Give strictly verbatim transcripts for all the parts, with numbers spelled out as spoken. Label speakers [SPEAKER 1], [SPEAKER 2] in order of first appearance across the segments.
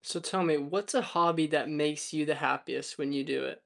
[SPEAKER 1] So tell me, what's a hobby that makes you the happiest when you do it?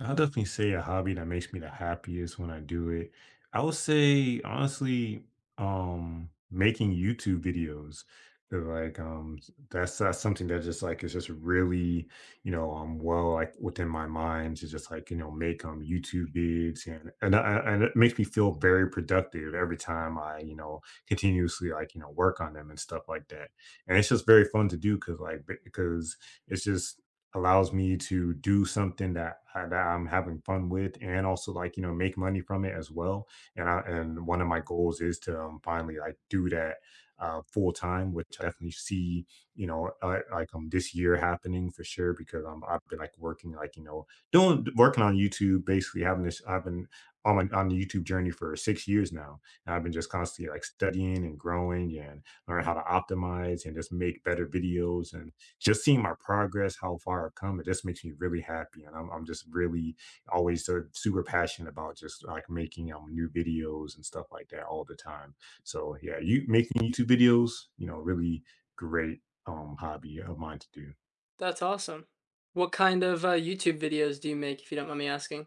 [SPEAKER 2] I'll definitely say a hobby that makes me the happiest when I do it. I would say honestly, um, making YouTube videos. 'Cause, like um that's that's something that just like is just really, you know, um well like within my mind to just like, you know, make um YouTube vids and and, I, and it makes me feel very productive every time I, you know, continuously like, you know, work on them and stuff like that. And it's just very fun to do because like because it's just allows me to do something that I, that I'm having fun with, and also like you know make money from it as well. And I and one of my goals is to um, finally like do that uh, full time, which I definitely see you know uh, like um this year happening for sure because um, I've been like working like you know doing working on YouTube basically having this I've been on my on the YouTube journey for six years now, and I've been just constantly like studying and growing and learn how to optimize and just make better videos and just seeing my progress, how far I've come. It just makes me really happy. And I'm, I'm just really always sort of super passionate about just like making um, new videos and stuff like that all the time. So yeah, you making YouTube videos, you know, really great um hobby of mine to do.
[SPEAKER 1] That's awesome. What kind of uh, YouTube videos do you make, if you don't mind me asking?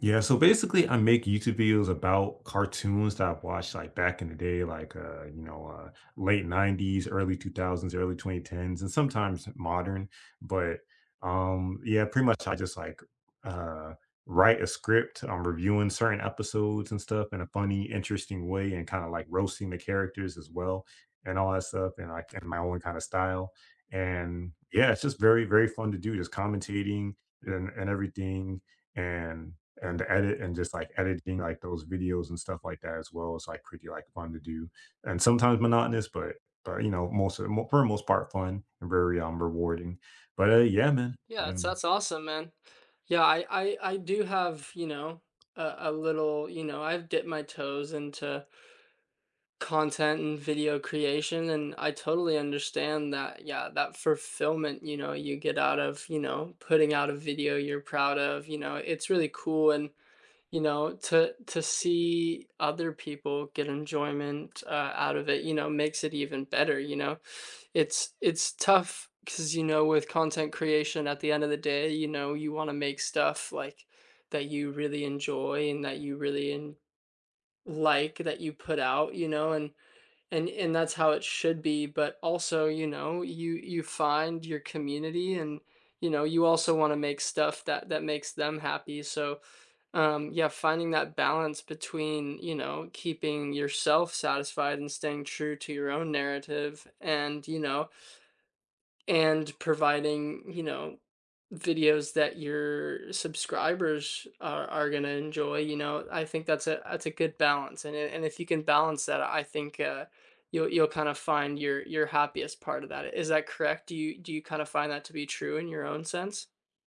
[SPEAKER 2] Yeah, so basically, I make YouTube videos about cartoons that I watched like back in the day, like uh, you know, uh, late nineties, early two thousands, early two thousand tens, and sometimes modern. But um, yeah, pretty much I just like uh, write a script. I'm reviewing certain episodes and stuff in a funny, interesting way, and kind of like roasting the characters as well, and all that stuff, and like in my own kind of style. And yeah, it's just very, very fun to do, just commentating and, and everything and and the edit and just like editing like those videos and stuff like that as well is like pretty like fun to do and sometimes monotonous, but but you know most of, mo- for the most part fun and very um rewarding, but uh yeah man
[SPEAKER 1] Yeah,
[SPEAKER 2] yeah
[SPEAKER 1] that's
[SPEAKER 2] man
[SPEAKER 1] that's awesome, man. Yeah, I I, I do have, you know, a, a little, you know, I've dipped my toes into content and video creation, and I totally understand that. Yeah, that fulfillment, you know, you get out of, you know, putting out a video you're proud of. You know, it's really cool. And, you know, to to see other people get enjoyment, uh, out of it, you know, makes it even better, you know? It's it's tough because, you know, with content creation, at the end of the day, you know, you wanna make stuff, like, that you really enjoy and that you really en— like, that you put out, you know? And and and that's how it should be, but also, you know, you you find your community and, you know, you also wanna make stuff that that makes them happy. So um, yeah, finding that balance between, you know, keeping yourself satisfied and staying true to your own narrative, and, you know, and providing, you know, videos that your subscribers are, are going to enjoy, you know, I think that's a, that's a good balance. And, and if you can balance that, I think, uh, you'll, you'll kind of find your, your happiest part of that. Is that correct? Do you, do you kind of find that to be true in your own sense?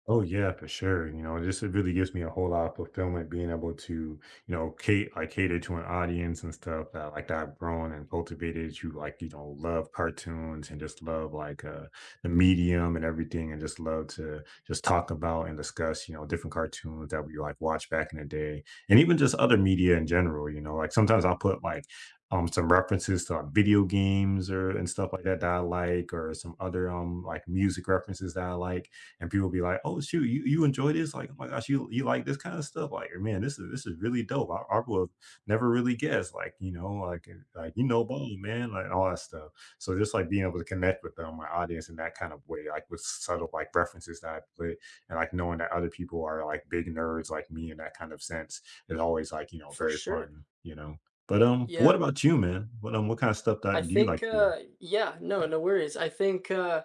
[SPEAKER 2] Oh yeah, for sure. You know, this it really gives me a whole lot of fulfillment being able to, you know, cater like cater to an audience and stuff that like that I've grown and cultivated. You like, you know, love cartoons and just love like uh the medium and everything and just love to just talk about and discuss, you know, different cartoons that we like watch back in the day and even just other media in general, you know. Like sometimes I'll put like um some references to like video games or and stuff like that that I like or some other um like music references that I like, and people be like, "Oh shoot, you you enjoy this? Like, oh my gosh, you you like this kind of stuff? Like, man, this is this is really dope. I, I would have never really guessed. Like, you know, like eh, like you know, ball man, like all that stuff." So just like being able to connect with them, my audience in that kind of way, like with subtle like references that I put, and like knowing that other people are like big nerds like me in that kind of sense is always like you know
[SPEAKER 1] For
[SPEAKER 2] very
[SPEAKER 1] sure.
[SPEAKER 2] fun, you know. But um, what
[SPEAKER 1] Yeah.
[SPEAKER 2] about you, man? What um, what kind of stuff
[SPEAKER 1] I
[SPEAKER 2] that do you
[SPEAKER 1] think,
[SPEAKER 2] like to do?
[SPEAKER 1] uh, yeah, no, no worries. I think uh,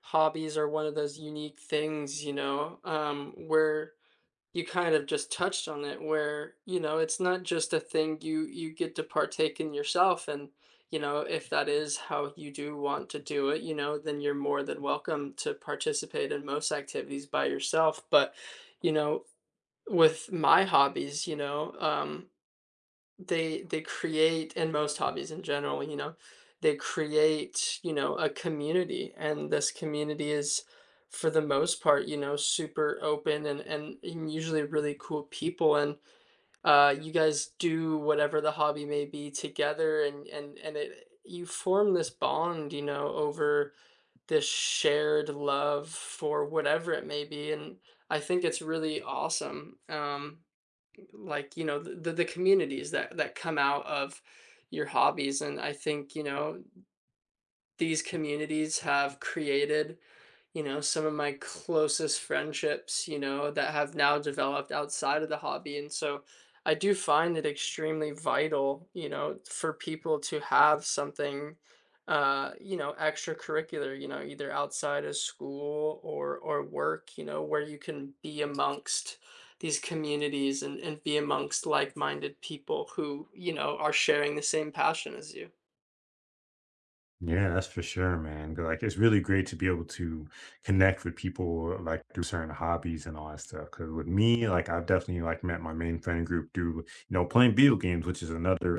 [SPEAKER 1] hobbies are one of those unique things, you know, um, where you kind of just touched on it, where, you know, it's not just a thing you you get to partake in yourself, and you know if that is how you do want to do it, you know, then you're more than welcome to participate in most activities by yourself. But, you know, with my hobbies, you know, um, they they create, and most hobbies in general, you know, they create, you know, a community, and this community is, for the most part, you know, super open and and usually really cool people. And uh you guys do whatever the hobby may be together, and and and it, you form this bond, you know, over this shared love for whatever it may be. And I think it's really awesome, um like, you know, the the communities that that come out of your hobbies. And I think, you know, these communities have created, you know, some of my closest friendships, you know, that have now developed outside of the hobby. And so I do find it extremely vital, you know, for people to have something, uh, you know, extracurricular, you know, either outside of school or or work, you know, where you can be amongst these communities and, and be amongst like-minded people who, you know, are sharing the same passion as you.
[SPEAKER 2] Yeah, that's for sure, man. 'Cause, like, it's really great to be able to connect with people like through certain hobbies and all that stuff. Because with me, like, I've definitely like met my main friend group through, you know, playing video games, which is another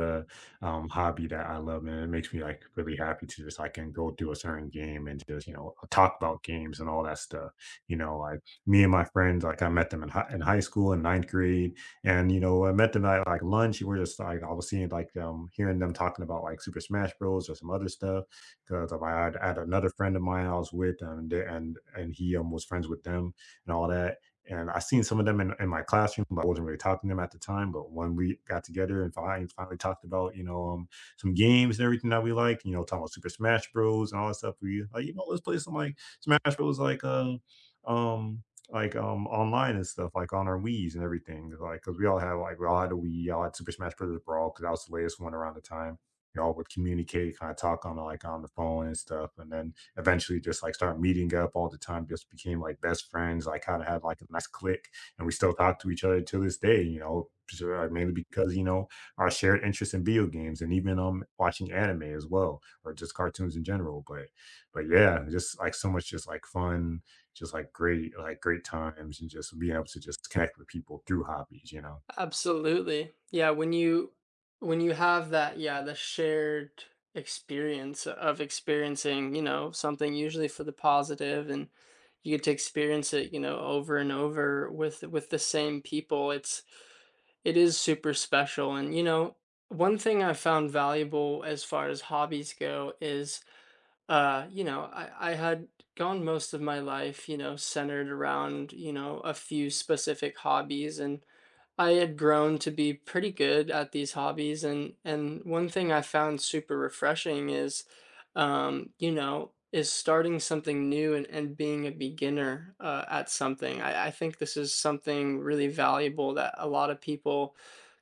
[SPEAKER 2] uh, um, hobby that I love, and it makes me like really happy to just like can go through a certain game and just you know talk about games and all that stuff. You know, like me and my friends, like I met them in high, in high school in ninth grade, and you know, I met them at like lunch. We were just like I was seeing like um hearing them talking about like Super Smash Bros. Or some other stuff because um, I, had, I had another friend of mine I was with, and they, and and he um, was friends with them and all that. And I seen some of them in, in my classroom, but I wasn't really talking to them at the time. But when we got together and finally, finally talked about, you know, um, some games and everything that we like, you know, talking about Super Smash Bros. And all that stuff, we like, you know, let's play some like Smash Bros. Like uh, um, like um online and stuff, like on our Wii's and everything, like because we all had like we all had a Wii. I had Super Smash Bros. Brawl because that was the latest one around the time. Y'all would communicate, kind of talk on like on the phone and stuff, and then eventually just like start meeting up all the time. Just became like best friends. Like kind of had like a nice click, and we still talk to each other to this day. You know, sure, uh, mainly because you know our shared interest in video games and even um watching anime as well, or just cartoons in general. But but yeah, just like so much, just like fun, just like great, like great times, and just being able to just connect with people through hobbies. You know.
[SPEAKER 1] Absolutely. Yeah, when you when you have that, yeah, the shared experience of experiencing, you know, something usually for the positive. And you get to experience it, you know, over and over with with the same people. It's, it is super special. And, you know, one thing I found valuable as far as hobbies go is, uh, you know, I I had gone most of my life, you know, centered around, you know, a few specific hobbies. And I had grown to be pretty good at these hobbies, and and one thing I found super refreshing is, um, you know, is starting something new, and, and being a beginner, uh, at something. I, I think this is something really valuable that a lot of people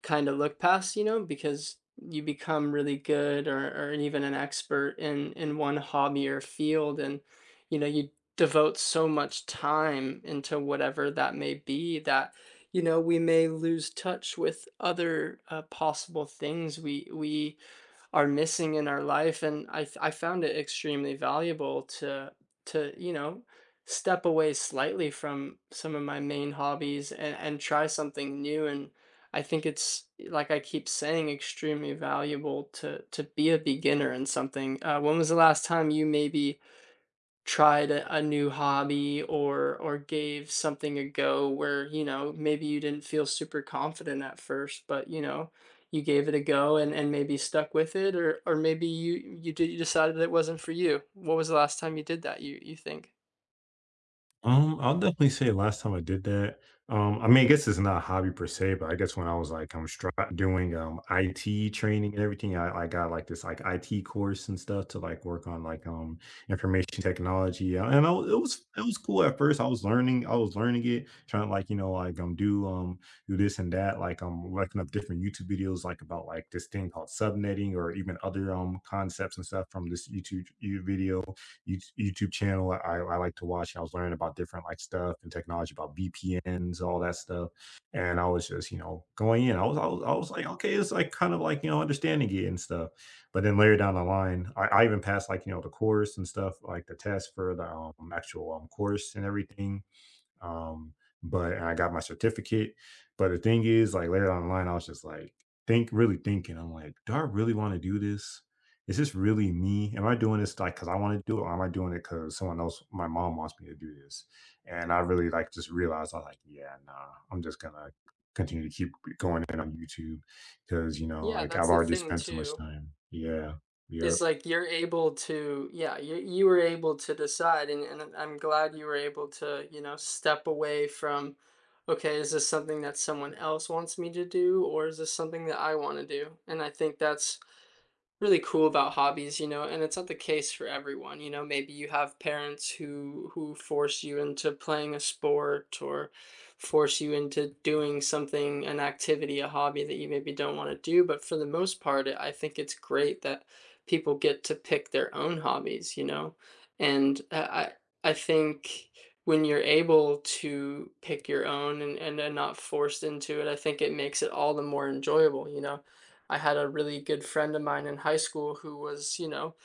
[SPEAKER 1] kind of look past, you know, because you become really good, or, or even an expert in in one hobby or field. And, you know, you devote so much time into whatever that may be, that, you know, we may lose touch with other, uh, possible things we we are missing in our life. And I th- I found it extremely valuable to to you know step away slightly from some of my main hobbies, and and try something new. And I think it's, like I keep saying, extremely valuable to to be a beginner in something. Uh, when was the last time you maybe tried a, a new hobby, or or gave something a go, where, you know, maybe you didn't feel super confident at first, but, you know, you gave it a go, and and maybe stuck with it, or or maybe you you did you decided it wasn't for you? What was the last time you did that, you you think?
[SPEAKER 2] Um, I'll definitely say last time I did that. Um, I mean, I guess it's not a hobby per se, but I guess when I was like I'm str- doing um I T training and everything, I, I got like this like I T course and stuff to like work on like um information technology. Uh, and I, wa- it was it was cool at first. I was learning, I was learning it, trying to like you know like um do um do this and that. Like I'm looking up different YouTube videos like about like this thing called subnetting or even other um concepts and stuff from this YouTube you- video YouTube channel I, I like to watch. I was learning about different like stuff and technology about V P Ns, all that stuff. And I was just, you know, going in. I was, I was, I was like, okay, it's like kind of like, you know, understanding it and stuff. But then later down the line, I, I even passed like, you know, the course and stuff, like the test for the um, actual um, course and everything. Um, but and I got my certificate. But the thing is, like later on in the line, I was just like, think, really thinking. I'm like, do I really want to do this? Is this really me? Am I doing this like because I want to do it, or am I doing it because someone else, my mom wants me to do this? And I really like just realized I was like, yeah, nah, I'm just gonna continue to keep going in on YouTube because you know,
[SPEAKER 1] Yeah,
[SPEAKER 2] like
[SPEAKER 1] that's
[SPEAKER 2] I've
[SPEAKER 1] the
[SPEAKER 2] already
[SPEAKER 1] thing
[SPEAKER 2] spent so much
[SPEAKER 1] too.
[SPEAKER 2] time. Yeah, yeah.
[SPEAKER 1] It's like you're able to, yeah, you you were able to decide. And and I'm I'm glad you were able to, you know, step away from, "Okay, is this something that someone else wants me to do, or is this something that I wanna do?" And I think that's really cool about hobbies, you know. And it's not the case for everyone. You know, maybe you have parents who who force you into playing a sport, or force you into doing something, an activity, a hobby that you maybe don't want to do. But for the most part, I think it's great that people get to pick their own hobbies, you know. And I I think when you're able to pick your own, and, and, and not forced into it, I think it makes it all the more enjoyable, you know. I had a really good friend of mine in high school who was, you know,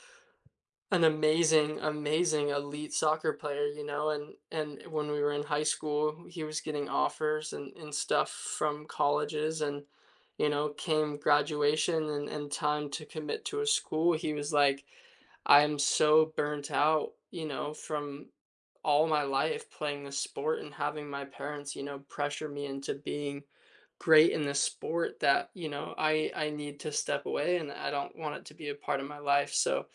[SPEAKER 1] an amazing, amazing elite soccer player, you know. and and when we were in high school, he was getting offers and, and stuff from colleges. And, you know, came graduation and, and time to commit to a school, he was like, "I'm so burnt out, you know, from all my life playing the sport and having my parents, you know, pressure me into being great in the sport, that, you know, I I need to step away, and I don't want it to be a part of my life." So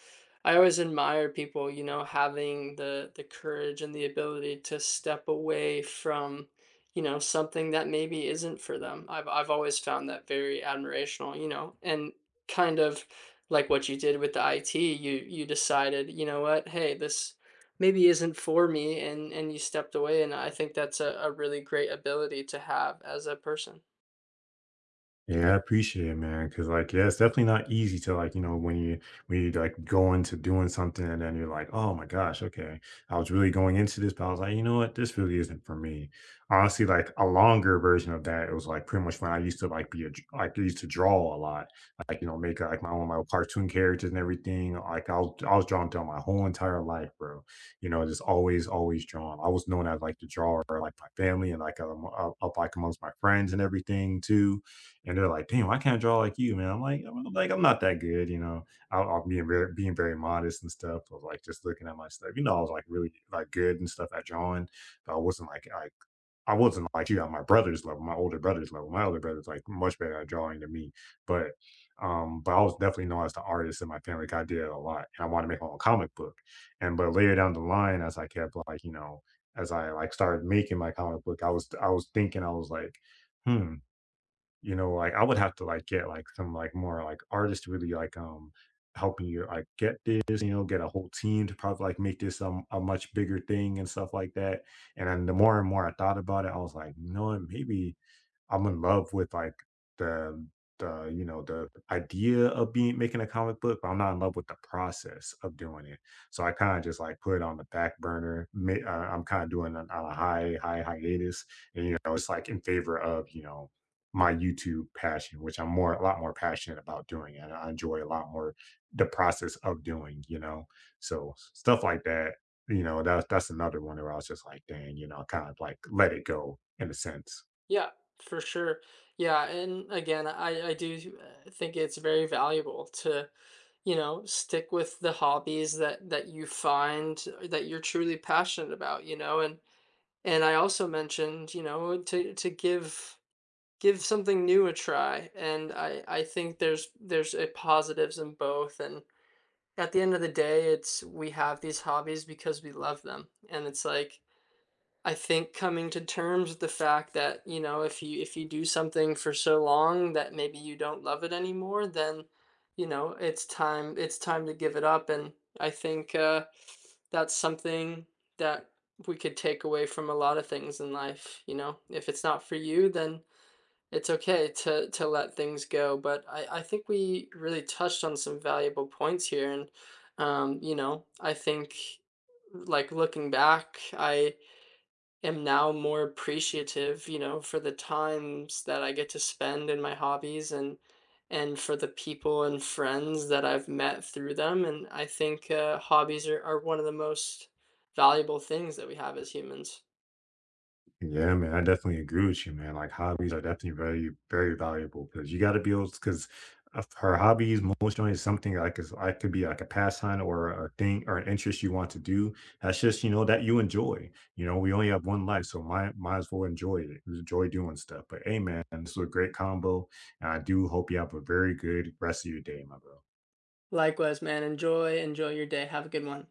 [SPEAKER 1] I always admire people, you know, having the the courage and the ability to step away from, you know, something that maybe isn't for them. I've I've always found that very admirational, you know. And kind of like what you did with the I T, you you decided, you know what, hey, this maybe isn't for me, and and you stepped away. And I think that's a, a really great ability to have as a person.
[SPEAKER 2] Yeah, I appreciate it, man. Cause like, yeah, it's definitely not easy to like, you know, when you when you like go into doing something and then you're like, oh my gosh, okay. I was really going into this, but I was like, you know what, this really isn't for me. Honestly, like a longer version of that, it was like pretty much when I used to like be a dr- like I used to draw a lot. Like, you know, make like my own little cartoon characters and everything. Like I was I was drawing down my whole entire life, bro. You know, just always, always drawn. I was known as like the drawer, like my family and like um, up up, like amongst my friends and everything too, and they're like, "Damn, why can't I draw like you, man?" I'm like I'm like, "I'm not that good," you know? I'll I'll being very being very modest and stuff, but, like, just looking at my stuff, you know, I was, like, really, like, good and stuff at drawing, but I wasn't like like, I wasn't like you at my brother's level, my older brother's level. My older brother's, like, much better at drawing than me, but, um, but I was definitely known as the artist in my family. Like, I did a lot, and I wanted to make my own comic book, and but later down the line, as I kept, like, you know, as I, like, started making my comic book, I was I was thinking. I was like, "Hmm." You know, like, I would have to, like, get, like, some, like, more, like, artists really, like, um, helping you, like, get this, you know, get a whole team to probably, like, make this, um, a much bigger thing and stuff like that, and then the more and more I thought about it, I was like, "You know what? Maybe I'm in love with like the the you know the idea of being making a comic book, but I'm not in love with the process of doing it." So I kind of just like put it on the back burner. Ma- uh, I'm kind of doing it on a high high hiatus, and you know it's like in favor of you know my YouTube passion, which I'm more a lot more passionate about doing, and I enjoy a lot more the process of doing. You know, so stuff like that. You know, that's that's another one where I was just like, dang, you know, kind of like let it go in a sense.
[SPEAKER 1] Yeah, for sure. Yeah, and again, I I do, uh, think it's very valuable to, you know, stick with the hobbies that that you find that you're truly passionate about, you know. And and I also mentioned, you know, to to give give something new a try. And I I think there's there's a positives in both. And at the end of the day, it's, we have these hobbies because we love them. And it's like, I think coming to terms with the fact that, you know, if you if you do something for so long that maybe you don't love it anymore, then, you know, it's time it's time to give it up. And I think, uh, that's something that we could take away from a lot of things in life, you know? If it's not for you, then it's okay to to let things go. But I I think we really touched on some valuable points here. And um, you know, I think, like, looking back, I am now more appreciative, you know, for the times that I get to spend in my hobbies, and and for the people and friends that I've met through them. And I think, uh, hobbies are, are one of the most valuable things that we have as humans.
[SPEAKER 2] Yeah, man, I definitely agree with you, man. Like hobbies are definitely very, very valuable because you got to be able because her hobbies most generally is something like is I could be like a pastime or a thing or an interest you want to do. That's just you know that you enjoy. You know, we only have one life, so might might as well enjoy it. Enjoy doing stuff. But hey, man, this was a great combo, and I do hope you have a very good rest of your day, my bro.
[SPEAKER 1] Likewise, man, enjoy, enjoy your day. Have a good one.